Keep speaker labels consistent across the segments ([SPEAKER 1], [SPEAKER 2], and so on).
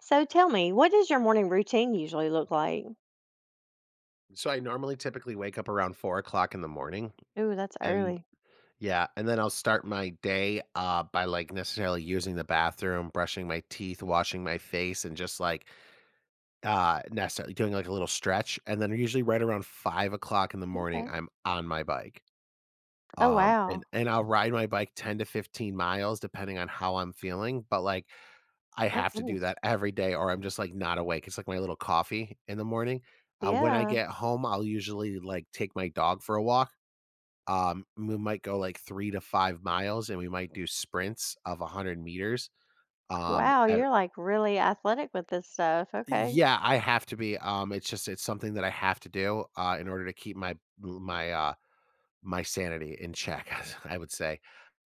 [SPEAKER 1] So tell me, what does your morning routine usually look like?
[SPEAKER 2] So I normally typically wake up around 4 o'clock in the morning,
[SPEAKER 1] Ooh, that's
[SPEAKER 2] and
[SPEAKER 1] early.
[SPEAKER 2] yeah, and then I'll start my day, by, like, necessarily using the bathroom, brushing my teeth, washing my face, and just, like, necessarily doing, like, a little stretch, and then usually right around 5 o'clock in the morning,
[SPEAKER 1] Okay.
[SPEAKER 2] I'm on my bike,
[SPEAKER 1] Oh,
[SPEAKER 2] and
[SPEAKER 1] wow.
[SPEAKER 2] and I'll ride my bike 10 to 15 miles depending on how I'm feeling, but, like, I
[SPEAKER 1] Oh,
[SPEAKER 2] have to do
[SPEAKER 1] goodness.
[SPEAKER 2] that every day or I'm just, like, not awake. It's like my little coffee in the morning. When I
[SPEAKER 1] Yeah.
[SPEAKER 2] get home, I'll usually, like, take my dog for a walk. We might go like 3 to 5 miles, and we might do sprints of 100 meters.
[SPEAKER 1] Wow.
[SPEAKER 2] E
[SPEAKER 1] You're like really athletic with this stuff. Okay.
[SPEAKER 2] yeah, I have to be, it's just it's something that I have to do, in order to keep my my, uh, my sanity in check, I would say.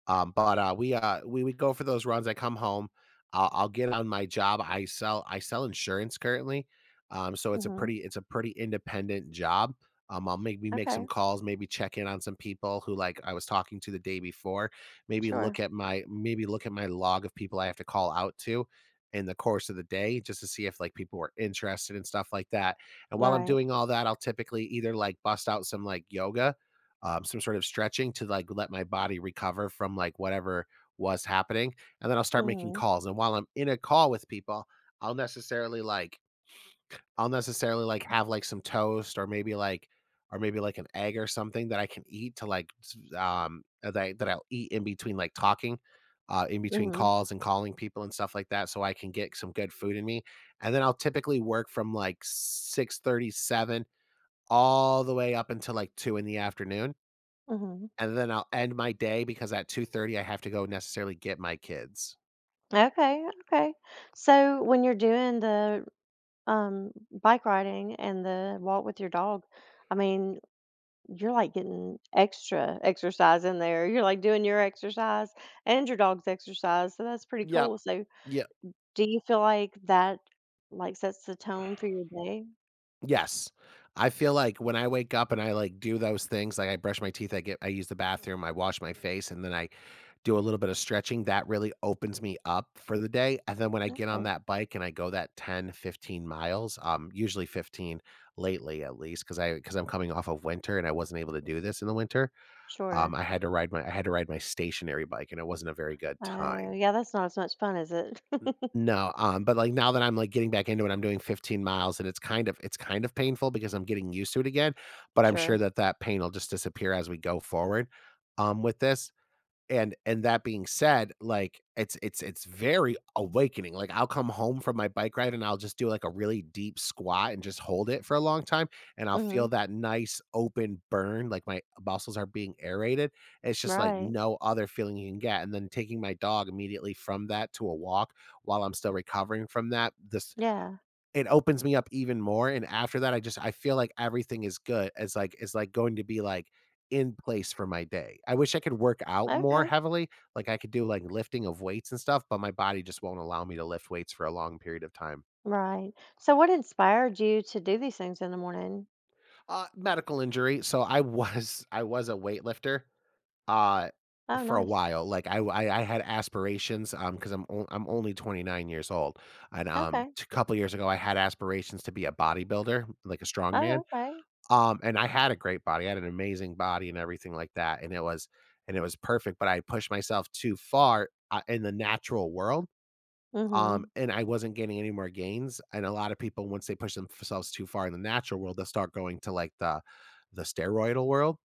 [SPEAKER 2] But we would go for those runs. I come home, I'll get on my job. I sell insurance currently, so it's a
[SPEAKER 1] Mm-hmm.
[SPEAKER 2] pretty it's a pretty independent job. I'll maybe make some
[SPEAKER 1] Okay.
[SPEAKER 2] calls, maybe check in on some people who like I was talking to the day before. Maybe
[SPEAKER 1] Sure.
[SPEAKER 2] look at my maybe look at my log of people I have to call out to in the course of the day just to see if like people were interested and stuff like that. And while I'm
[SPEAKER 1] Right.
[SPEAKER 2] doing all that, I'll typically either like bust out some like yoga some sort of stretching to like let my body recover from like whatever was happening. And then I'll start making
[SPEAKER 1] Mm-hmm.
[SPEAKER 2] calls. And while I'm in a call with people, I'll necessarily like I'll necessarily like have like some toast or maybe like an egg or something that I can eat to that I'll eat in between like talking in between
[SPEAKER 1] Mm-hmm.
[SPEAKER 2] calls and calling people and stuff like that so I can get some good food in me. And then I'll typically work from like 6:37 all the way up until like 2 in the afternoon
[SPEAKER 1] Mm-hmm.
[SPEAKER 2] and then I'll end my day because at 2:30 I have to go necessarily get my kids.
[SPEAKER 1] Okay. Okay. So when you're doing the bike riding and the walk with your dog, I mean, you're like getting extra exercise in there. You're like doing your exercise and your dog's exercise, so that's pretty
[SPEAKER 2] Yep.
[SPEAKER 1] cool. So,
[SPEAKER 2] Yep.
[SPEAKER 1] do you feel like that like sets the tone for your day?
[SPEAKER 2] Yes. I feel like when I wake up and I like do those things, like I brush my teeth, I use the bathroom, I wash my face, and then I do a little bit of stretching, that really opens me up for the day. And then when I get on
[SPEAKER 1] Okay,
[SPEAKER 2] that bike and I go that 15 miles, usually 15 lately at least, because I'm coming off of winter and I wasn't able to do this in the winter.
[SPEAKER 1] sure.
[SPEAKER 2] I had to ride my stationary bike and it wasn't a very good
[SPEAKER 1] Oh,
[SPEAKER 2] time.
[SPEAKER 1] yeah, that's not as much fun, is it?
[SPEAKER 2] No, but, like, now that I'm, like, getting back into it, I'm doing 15 miles, and it's kind of painful because I'm getting used to it again, but I'm sure
[SPEAKER 1] Sure.
[SPEAKER 2] that that pain will just disappear as we go forward, with this and that being said, like it's very awakening. Like I'll come home from my bike ride and I'll just do like a really deep squat and just hold it for a long time and I'll feel
[SPEAKER 1] Mhm.
[SPEAKER 2] that nice open burn like my muscles are being aerated. It's just like
[SPEAKER 1] Right.
[SPEAKER 2] no other feeling you can get. And then taking my dog immediately from that to a walk while I'm still recovering from that, this
[SPEAKER 1] Yeah.
[SPEAKER 2] it opens me up even more, and after that, I feel like everything is good. It's like going to be like in place for my day. I wish I could work out more
[SPEAKER 1] Okay.
[SPEAKER 2] heavily, like I could do like lifting of weights and stuff, but my body just won't allow me to lift weights for a long period of time.
[SPEAKER 1] Right. So, what inspired you to do these things in the morning?
[SPEAKER 2] Medical injury. So I was a weightlifter. Uh
[SPEAKER 1] Oh,
[SPEAKER 2] for a
[SPEAKER 1] nice.
[SPEAKER 2] while like I had aspirations because I'm only 29 years old and
[SPEAKER 1] Okay.
[SPEAKER 2] a couple years ago I had aspirations to be a bodybuilder like a
[SPEAKER 1] Oh,
[SPEAKER 2] strongman.
[SPEAKER 1] okay.
[SPEAKER 2] And I had a great body. I had an amazing body and everything like that, and it was perfect, but I pushed myself too far, in the natural world,
[SPEAKER 1] Mhm.
[SPEAKER 2] and I wasn't getting any more gains, and a lot of people, once they push themselves too far in the natural world, they'll start going to, like, the steroidal world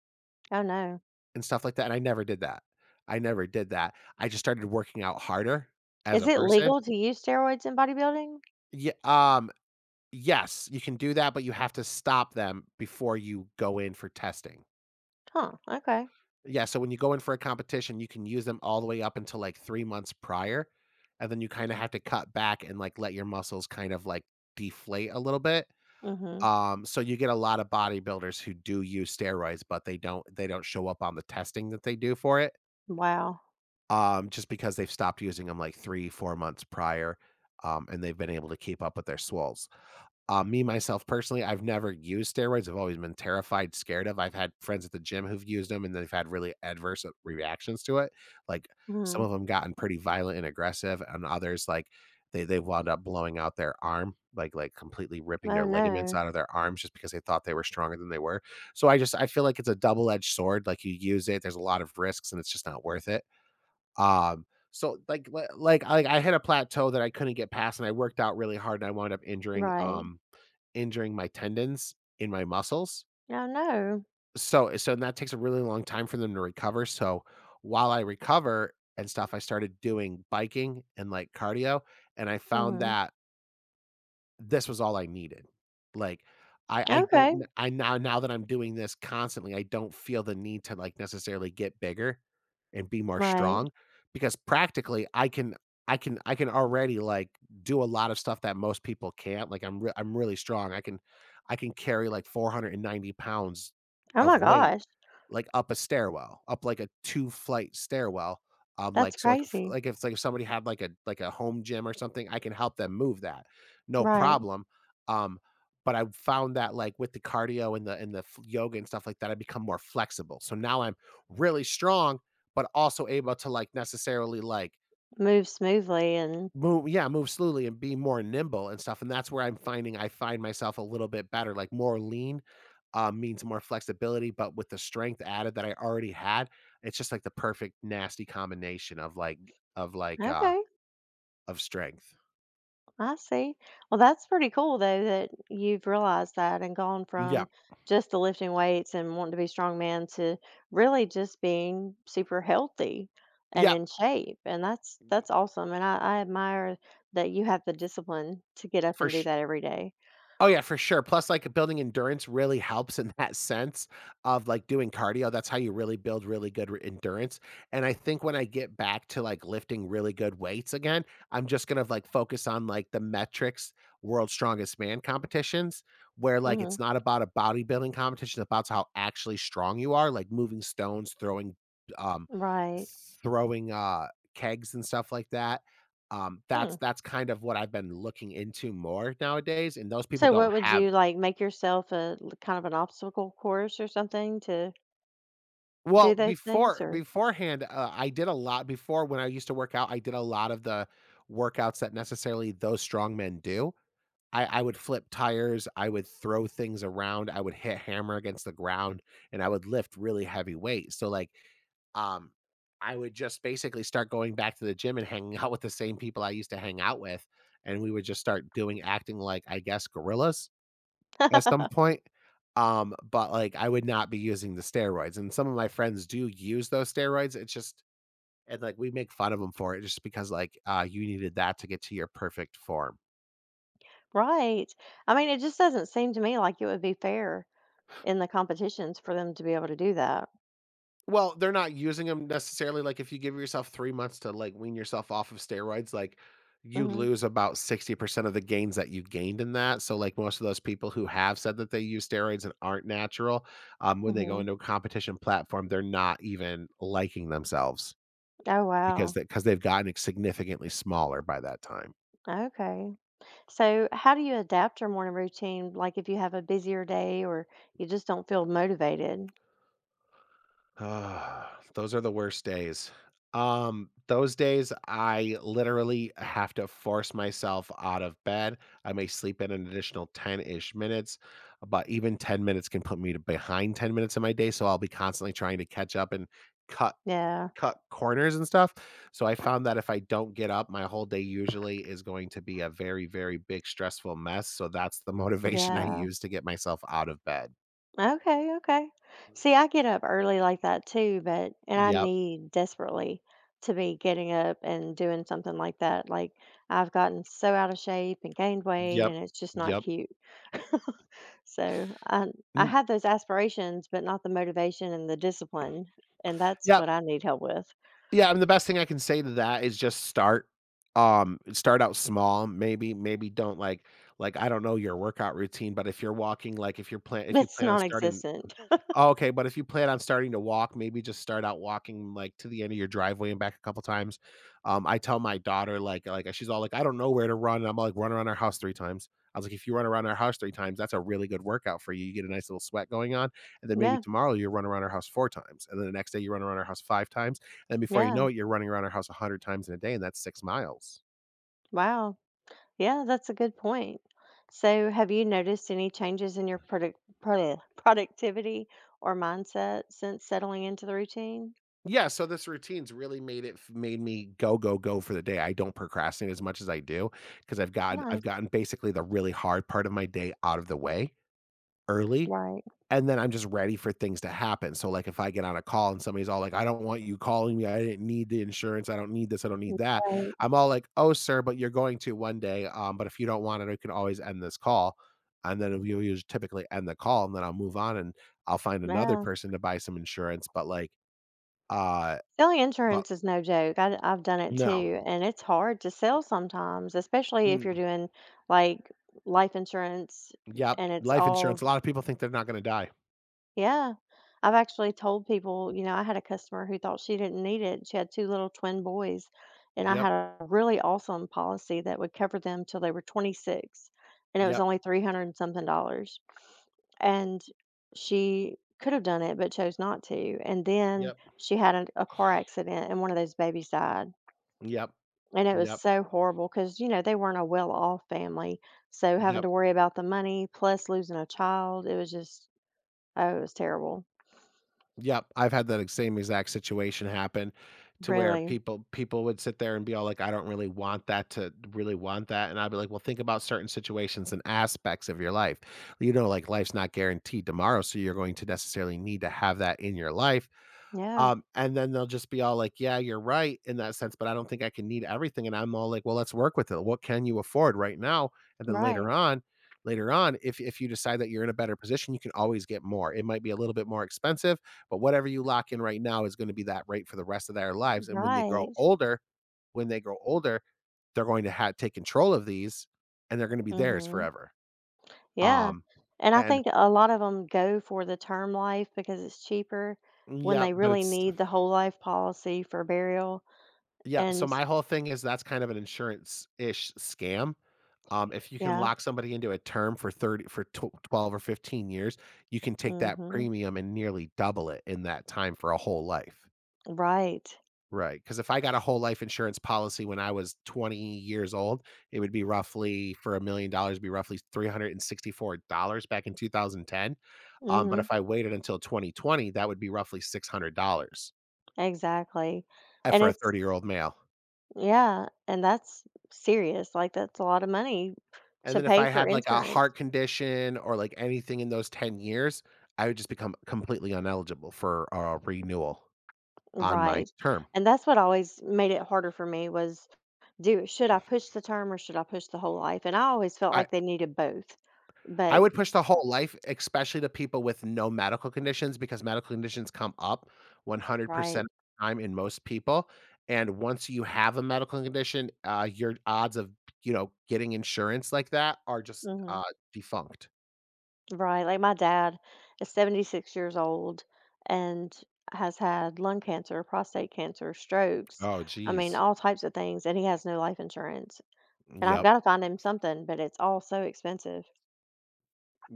[SPEAKER 1] Oh, no.
[SPEAKER 2] and stuff like that, and I never did that. I never did that. I just started working out harder as
[SPEAKER 1] Is
[SPEAKER 2] a
[SPEAKER 1] it
[SPEAKER 2] person.
[SPEAKER 1] legal to use steroids in bodybuilding?
[SPEAKER 2] Yeah. Yes, you can do that, but you have to stop them before you go in for testing.
[SPEAKER 1] Huh. Okay.
[SPEAKER 2] Yeah, so when you go in for a competition, you can use them all the way up until, like, 3 months prior, and then you kinda have to cut back and, like, let your muscles kind of, like, deflate a little bit.
[SPEAKER 1] Mhm.
[SPEAKER 2] So you get a lot of bodybuilders who do use steroids, but they don't show up on the testing that they do for it,
[SPEAKER 1] Wow.
[SPEAKER 2] just because they've stopped using them like, 3, 4 months prior, and they've been able to keep up with their swells. Me, myself, personally, I've never used steroids. I've always been terrified, scared of. I've had friends at the gym who've used them and they've had really adverse reactions to it. Like some
[SPEAKER 1] Mhm.
[SPEAKER 2] of them gotten pretty violent and aggressive, and others like they wound up blowing out their arm, like completely ripping their
[SPEAKER 1] Oh,
[SPEAKER 2] ligaments
[SPEAKER 1] no.
[SPEAKER 2] out of their arms just because they thought they were stronger than they were. So I feel like it's a double edged sword. Like you use it, there's a lot of risks, and it's just not worth it. Um, like I hit a plateau that I couldn't get past, and I worked out really hard, and I wound up
[SPEAKER 1] Right.
[SPEAKER 2] injuring my tendons in my muscles.
[SPEAKER 1] Oh, no.
[SPEAKER 2] So that takes a really long time for them to recover. So while I recover and stuff, I started doing biking and like cardio, and I found
[SPEAKER 1] Mhm.
[SPEAKER 2] that this was all I needed. Like, I
[SPEAKER 1] Okay.
[SPEAKER 2] don't I now now that I'm doing this constantly, I don't feel the need to, like, necessarily get bigger and be more
[SPEAKER 1] Right.
[SPEAKER 2] strong because practically I can already, like, do a lot of stuff that most people can't. Like, I'm really strong. I can carry, like, 490 pounds
[SPEAKER 1] Oh
[SPEAKER 2] of
[SPEAKER 1] my
[SPEAKER 2] weight
[SPEAKER 1] gosh.
[SPEAKER 2] like up a stairwell, up like a 2 flight stairwell. Um,
[SPEAKER 1] That's
[SPEAKER 2] like, so, like, if
[SPEAKER 1] crazy.
[SPEAKER 2] like, if like if somebody had like a home gym or something, I can help them move that, no
[SPEAKER 1] Right.
[SPEAKER 2] problem. Um, but I found that like with the cardio and the f yoga and stuff like that, I become more flexible. So now I'm really strong, but also able to like necessarily like
[SPEAKER 1] Move smoothly and
[SPEAKER 2] move — yeah, move slowly and be more nimble and stuff, and that's where I find myself a little bit better, like, more lean, means more flexibility, but with the strength added that I already had, it's just, like, the perfect nasty combination of, of, like, uh
[SPEAKER 1] okay.
[SPEAKER 2] of strength.
[SPEAKER 1] I see. Well, that's pretty cool though that you've realized that and gone
[SPEAKER 2] Yeah,
[SPEAKER 1] from just the lifting weights and wanting to be strongman to really just being super healthy and
[SPEAKER 2] yeah,
[SPEAKER 1] in shape. And
[SPEAKER 2] y
[SPEAKER 1] that's awesome. And I admire that you have the discipline to get up
[SPEAKER 2] for
[SPEAKER 1] and do
[SPEAKER 2] sh
[SPEAKER 1] that every day.
[SPEAKER 2] Oh, yeah, for sure. Plus, like, building endurance really helps in that sense of, like, doing cardio. That's how you really build really good re endurance, and I think when I get back to, like, lifting really good weights again, I'm just gonna, like, focus on, like, the metrics — World's Strongest Man competitions where, like, it's
[SPEAKER 1] Mhm.
[SPEAKER 2] not about a bodybuilding competition, it's about how actually strong you are, like, moving stones, throwing, um,
[SPEAKER 1] Right.
[SPEAKER 2] throwing, kegs and stuff like that. That's
[SPEAKER 1] Hmm.
[SPEAKER 2] that's kind of what I've been looking into more nowadays, and those people
[SPEAKER 1] So
[SPEAKER 2] don't
[SPEAKER 1] what would
[SPEAKER 2] have —
[SPEAKER 1] you like make yourself a kind of an obstacle course or something to do
[SPEAKER 2] well,
[SPEAKER 1] those things
[SPEAKER 2] before —
[SPEAKER 1] or
[SPEAKER 2] beforehand, I did a lot before when I used to work out, I did a lot of the workouts that necessarily those strong men do. I would flip tires, I would throw things around, I would hit hammer against the ground, and I would lift really heavy weights. So um I would just basically start going back to the gym and hanging out with the same people I used to hang out with. And we would just start doing acting like I guess gorillas at some point. But like I would not be using the steroids. And some of my friends do use those steroids. It's just, and like we make fun of them for it, just because like you needed that to get to your perfect form.
[SPEAKER 1] Right. I mean, it just doesn't seem to me like it would be fair in the competitions for them to be able to do that.
[SPEAKER 2] Well, they're not using them necessarily. Like, if you give yourself 3 months to, like, wean yourself off of steroids, like, you
[SPEAKER 1] Mhm.
[SPEAKER 2] lose about 60% of the gains that you gained in that. So, like, most of those people who have said that they use steroids and aren't natural, when they go
[SPEAKER 1] Mhm.
[SPEAKER 2] into a competition platform, they're not even liking themselves.
[SPEAKER 1] Oh,
[SPEAKER 2] because
[SPEAKER 1] wow.
[SPEAKER 2] that because they 'cause they've gotten significantly smaller by that time.
[SPEAKER 1] Okay. So, how do you adapt your morning routine? Like, if you have a busier day or you just don't feel motivated?
[SPEAKER 2] Ah, those are the worst days. Those days, I literally have to force myself out of bed. I may sleep in an additional 10-ish minutes, but even 10 minutes can put me to behind 10 minutes of my day, so I'll be constantly trying to catch up and cut
[SPEAKER 1] Yeah.
[SPEAKER 2] cut corners and stuff. So, I found that if I don't get up, my whole day usually is going to be a very, very big stressful mess, so that's the motivation I
[SPEAKER 1] Yeah.
[SPEAKER 2] use to get myself out of bed.
[SPEAKER 1] Okay. Okay. See, I get up early like that too, but, and I
[SPEAKER 2] Yep.
[SPEAKER 1] need desperately to be getting up and doing something like that. Like, I've gotten so out of shape and gained weight,
[SPEAKER 2] Yep.
[SPEAKER 1] and it's just not
[SPEAKER 2] Yep.
[SPEAKER 1] cute. So, I
[SPEAKER 2] Mm.
[SPEAKER 1] have those aspirations, but not the motivation and the discipline. And that's
[SPEAKER 2] Yep.
[SPEAKER 1] what I need help with.
[SPEAKER 2] Yeah, and the best thing I can say to that is just start, start out small, maybe don't, like, I don't know your workout routine, but if you're walking, like, if you
[SPEAKER 1] It's
[SPEAKER 2] plan on
[SPEAKER 1] non
[SPEAKER 2] starting.
[SPEAKER 1] existent.
[SPEAKER 2] Oh, okay, but if you plan on starting to walk, maybe just start out walking, like, to the end of your driveway and back a couple times. I tell my daughter, like, she's all like, "I don't know where to run," and I'm like, "Run around our house 3 times." I was like, "If you run around our house 3 times, that's a really good workout for you. You get a nice little sweat going on, and then maybe
[SPEAKER 1] Yeah.
[SPEAKER 2] tomorrow you run around our house 4 times, and then the next day you run around our house 5 times, and then before you know
[SPEAKER 1] Yeah.
[SPEAKER 2] it, you're running around our house 100 times in a day, and that's 6 miles."
[SPEAKER 1] Wow. Yeah, that's a good point. So, have you noticed any changes in your productivity or mindset since settling into the routine?
[SPEAKER 2] Yeah, so this routine's really made me go, go, go for the day. I don't procrastinate as much as I do, because 'cause I've gotten I've
[SPEAKER 1] Nice.
[SPEAKER 2] gotten basically the really hard part of my day out of the way early,
[SPEAKER 1] Right.
[SPEAKER 2] and then I'm just ready for things to happen. So, like, if I get on a call and somebody's all like, "I don't want you calling me. I didn't need the insurance. I don't need this. I don't need that."
[SPEAKER 1] Right.
[SPEAKER 2] I'm all like, "Oh, sir, but you're going to one day, but if you don't want it, I can always end this call." And then we typically end the call, and then I'll move on, and I'll find another
[SPEAKER 1] Yeah.
[SPEAKER 2] person to buy some insurance, but, like, uh,
[SPEAKER 1] Selling
[SPEAKER 2] but
[SPEAKER 1] insurance is no joke. Have done it
[SPEAKER 2] no.
[SPEAKER 1] too, and it's hard to sell sometimes, especially if you're
[SPEAKER 2] Mm.
[SPEAKER 1] doing like life insurance
[SPEAKER 2] Yep,
[SPEAKER 1] and it's
[SPEAKER 2] life insurance,
[SPEAKER 1] all
[SPEAKER 2] a lot of people think they're not gonna die.
[SPEAKER 1] yeah. I've actually told people, you know, I had a customer who thought she didn't need it. She had two little twin boys, and I
[SPEAKER 2] Yep.
[SPEAKER 1] had a really awesome policy that would cover them till they were 26, and it was
[SPEAKER 2] Yep.
[SPEAKER 1] only 300 and something dollars. And she could have done it, but chose not to. And then
[SPEAKER 2] Yep.
[SPEAKER 1] she had a car accident, and one of those babies died.
[SPEAKER 2] Yep.
[SPEAKER 1] And it was
[SPEAKER 2] Yep.
[SPEAKER 1] so horrible because, you know, they weren't a well off family. So having
[SPEAKER 2] Yep.
[SPEAKER 1] to worry about the money plus losing a child, it was just, oh, it was terrible.
[SPEAKER 2] Yep, I've had that ex same exact situation happen to where
[SPEAKER 1] Really.
[SPEAKER 2] people would sit there and be all like, "I don't really want that to really want that," and I'd be like, "Well, think about certain situations and aspects of your life." You know, like, life's not guaranteed tomorrow, so you're going to necessarily need to have that in your life.
[SPEAKER 1] Yeah,
[SPEAKER 2] And then they'll just be all like, "Yeah, you're right in that sense, but I don't think I can need everything." And I'm all like, "Well, let's work with it. What can you afford right now?" And then
[SPEAKER 1] right,
[SPEAKER 2] later on, if you decide that you're in a better position, you can always get more. It might be a little bit more expensive, but whatever you lock in right now is gonna be that rate for the rest of their lives, and
[SPEAKER 1] right.
[SPEAKER 2] when they grow older, they're going to ha take control of these, and they're gonna be theirs
[SPEAKER 1] Mhm.
[SPEAKER 2] forever.
[SPEAKER 1] Yeah,
[SPEAKER 2] Um,
[SPEAKER 1] and I
[SPEAKER 2] and
[SPEAKER 1] think a lot of them go for the term life because it's cheaper when
[SPEAKER 2] yeah,
[SPEAKER 1] they
[SPEAKER 2] but
[SPEAKER 1] really
[SPEAKER 2] it's
[SPEAKER 1] need the whole life policy for burial
[SPEAKER 2] yeah. So,
[SPEAKER 1] and
[SPEAKER 2] my whole thing is that's kind of an insurance-ish scam. If you can
[SPEAKER 1] yeah,
[SPEAKER 2] lock somebody into a term for 30, for tw 12 or 15 years, you can take that
[SPEAKER 1] mhm,
[SPEAKER 2] premium and nearly double it in that time for a whole life.
[SPEAKER 1] right,
[SPEAKER 2] Right, because if I got a whole life insurance policy when I was 20 years old, it would be roughly for $1,000,000, be roughly $364 back in 2010. But if
[SPEAKER 1] mhm,
[SPEAKER 2] I waited until 2020, that would be roughly $600
[SPEAKER 1] exactly, and
[SPEAKER 2] for a
[SPEAKER 1] it's
[SPEAKER 2] 30-year-old male.
[SPEAKER 1] yeah, and that's serious, like, that's a lot of money
[SPEAKER 2] And
[SPEAKER 1] to
[SPEAKER 2] then if
[SPEAKER 1] pay
[SPEAKER 2] I
[SPEAKER 1] for
[SPEAKER 2] had, like, a
[SPEAKER 1] insurance.
[SPEAKER 2] heart condition or, like, anything in those 10 years, I would just become completely ineligible for a renewal on my
[SPEAKER 1] Right,
[SPEAKER 2] term.
[SPEAKER 1] and that's what always made it harder for me was do should I push the term or should I push the whole life? And I always felt
[SPEAKER 2] I
[SPEAKER 1] like they needed both.
[SPEAKER 2] I
[SPEAKER 1] But
[SPEAKER 2] would push the whole life, especially to people with no medical conditions because medical conditions come up 100%
[SPEAKER 1] right.
[SPEAKER 2] time in most people, and once you have a medical condition, your odds of, getting insurance like that are just,
[SPEAKER 1] Hmm.
[SPEAKER 2] defunct.
[SPEAKER 1] Right. Like my dad is 76 years old and has had lung cancer, prostate cancer, strokes.
[SPEAKER 2] Oh,
[SPEAKER 1] I mean,
[SPEAKER 2] geez.
[SPEAKER 1] all types of things. And he has no life insurance. And I've
[SPEAKER 2] Yep.
[SPEAKER 1] got to find him something, but it's all so expensive.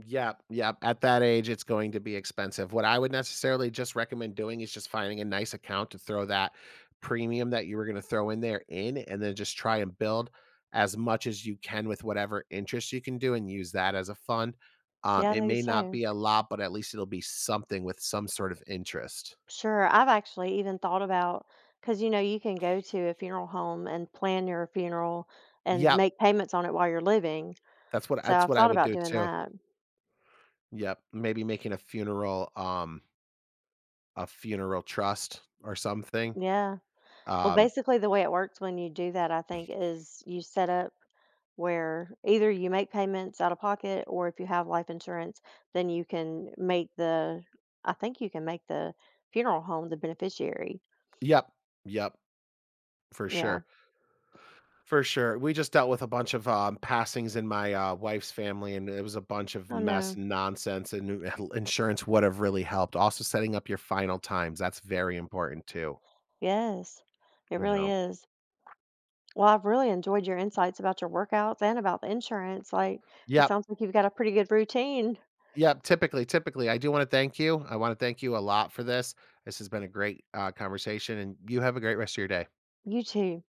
[SPEAKER 2] Yeah, yeah, at that age, it's going to be expensive. What I would necessarily just recommend doing is just finding a nice account to throw that premium that you were going to throw in there in, and then just try and build as much as you can with whatever interest you can do and use that as a fund.
[SPEAKER 1] Yeah,
[SPEAKER 2] It
[SPEAKER 1] maybe
[SPEAKER 2] may not
[SPEAKER 1] so.
[SPEAKER 2] be a lot, but at least it'll be something with some sort of interest.
[SPEAKER 1] Sure. I've actually even thought about because you know you can go to a funeral home and plan your funeral and
[SPEAKER 2] Yep,
[SPEAKER 1] make payments on it while you're living. So
[SPEAKER 2] that's
[SPEAKER 1] I've
[SPEAKER 2] what I
[SPEAKER 1] thought
[SPEAKER 2] would
[SPEAKER 1] about
[SPEAKER 2] do
[SPEAKER 1] doing
[SPEAKER 2] too.
[SPEAKER 1] that.
[SPEAKER 2] Yep, maybe making a funeral trust or something.
[SPEAKER 1] Yeah. Well,
[SPEAKER 2] Um,
[SPEAKER 1] basically the way it works when you do that, I think, is you set up where either you make payments out of pocket or if you have life insurance, then you can make the I think you can make the funeral home the beneficiary.
[SPEAKER 2] yep, yep, for
[SPEAKER 1] Yeah.
[SPEAKER 2] sure. For sure. We just dealt with a bunch of, passings in my, wife's family, and it was a bunch of
[SPEAKER 1] Oh
[SPEAKER 2] mess
[SPEAKER 1] no.
[SPEAKER 2] and nonsense, and insurance would have really helped. Also, setting up your final times, that's very important too,
[SPEAKER 1] Yes. It
[SPEAKER 2] you
[SPEAKER 1] really
[SPEAKER 2] know?
[SPEAKER 1] is. Well, I've really enjoyed your insights about your workouts and about the insurance. Like, it
[SPEAKER 2] Yep,
[SPEAKER 1] sounds like you've got a pretty good routine.
[SPEAKER 2] yep, typically, I do wanna thank you. I wanna thank you a lot for this. This has been a great, conversation, and you have a great rest of your day.
[SPEAKER 1] You too.